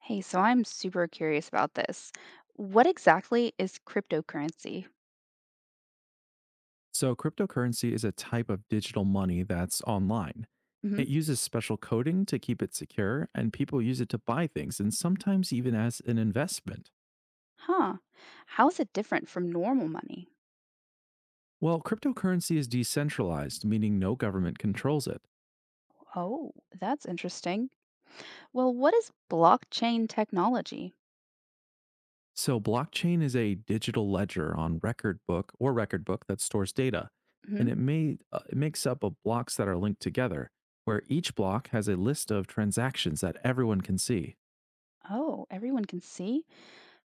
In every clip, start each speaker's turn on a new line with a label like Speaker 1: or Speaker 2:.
Speaker 1: Hey, so I'm super curious about this. What exactly is cryptocurrency?
Speaker 2: So, cryptocurrency is a type of digital money that's online.
Speaker 1: Hmm.
Speaker 2: It uses special coding to keep it secure, and people use it to buy things and sometimes even as an investment.
Speaker 1: Huh. How is it different from normal money?
Speaker 2: Well, cryptocurrency is decentralized, meaning no government controls it.
Speaker 1: Oh, that's interesting. Well, what is blockchain technology?
Speaker 2: So, blockchain is a digital ledger on record book that stores data, and
Speaker 1: Hmm.
Speaker 2: it makes up of blocks that are linked together, where each block has a list of transactions that everyone can see.
Speaker 1: Oh, everyone can see?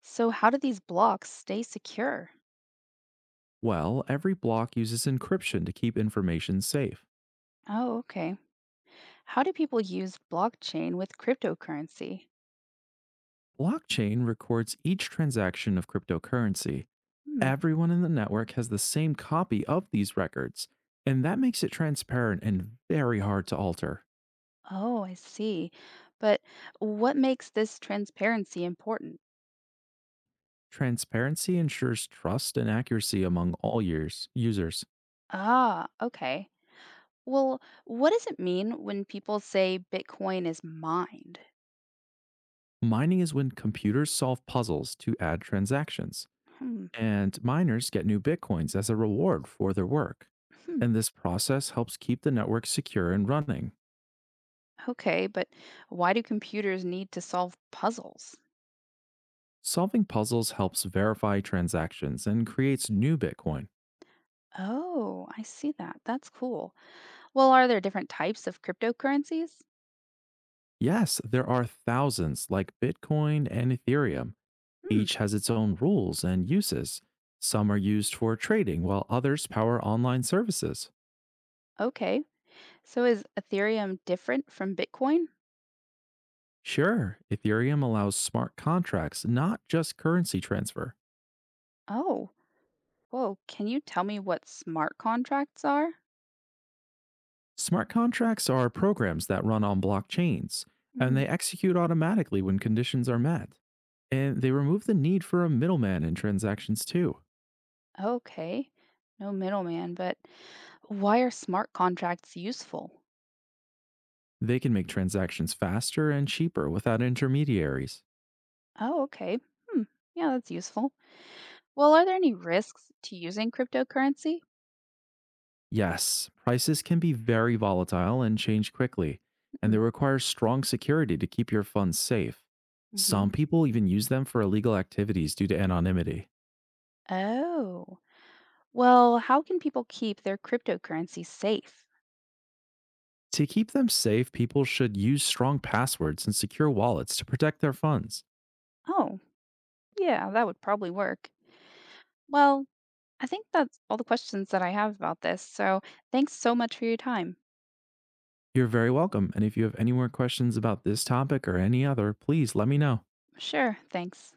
Speaker 1: So, how do these blocks stay secure?
Speaker 2: Well, every block uses encryption to keep information safe.
Speaker 1: Oh, okay. How do people use blockchain with cryptocurrency?
Speaker 2: Blockchain records each transaction of cryptocurrency.
Speaker 1: Hmm.
Speaker 2: Everyone in the network has the same copy of these records, and that makes it transparent and very hard to alter.
Speaker 1: Oh, I see. But what makes this transparency important?
Speaker 2: Transparency ensures trust and accuracy among users.
Speaker 1: Ah, okay. Well, what does it mean when people say Bitcoin is mined?
Speaker 2: Mining is when computers solve puzzles to add transactions,
Speaker 1: Hmm.
Speaker 2: and miners get new bitcoins as a reward for their work.
Speaker 1: Hmm.
Speaker 2: And this process helps keep the network secure and running.
Speaker 1: Okay, but why do computers need to solve puzzles?
Speaker 2: Solving puzzles helps verify transactions and creates new Bitcoin.
Speaker 1: Oh, I see that. That's cool. Well, are there different types of cryptocurrencies?
Speaker 2: Yes, there are thousands like Bitcoin and Ethereum.
Speaker 1: Hmm.
Speaker 2: Each has its own rules and uses. Some are used for trading, while others power online services.
Speaker 1: Okay. So is Ethereum different from Bitcoin?
Speaker 2: Sure, Ethereum allows smart contracts, not just currency transfer.
Speaker 1: Oh, whoa. Can you tell me what smart contracts are?
Speaker 2: Smart contracts are programs that run on blockchains, and
Speaker 1: Hmm.
Speaker 2: they execute automatically when conditions are met. And they remove the need for a middleman in transactions, too.
Speaker 1: Okay. No middleman, but why are smart contracts useful?
Speaker 2: They can make transactions faster and cheaper without intermediaries.
Speaker 1: Oh, okay. Hmm. Yeah, that's useful. Well, are there any risks to using cryptocurrency?
Speaker 2: Yes, prices can be very volatile and change quickly, and they
Speaker 1: Hmm.
Speaker 2: require strong security to keep your funds safe.
Speaker 1: Hmm.
Speaker 2: Some people even use them for illegal activities due to anonymity.
Speaker 1: Oh, well, how can people keep their cryptocurrency safe?
Speaker 2: To keep them safe, people should use strong passwords and secure wallets to protect their funds.
Speaker 1: Oh, yeah, that would probably work. Well, I think that's all the questions that I have about this. So thanks so much for your time.
Speaker 2: You're very welcome, and if you have any more questions about this topic or any other, please let me know.
Speaker 1: Sure, thanks.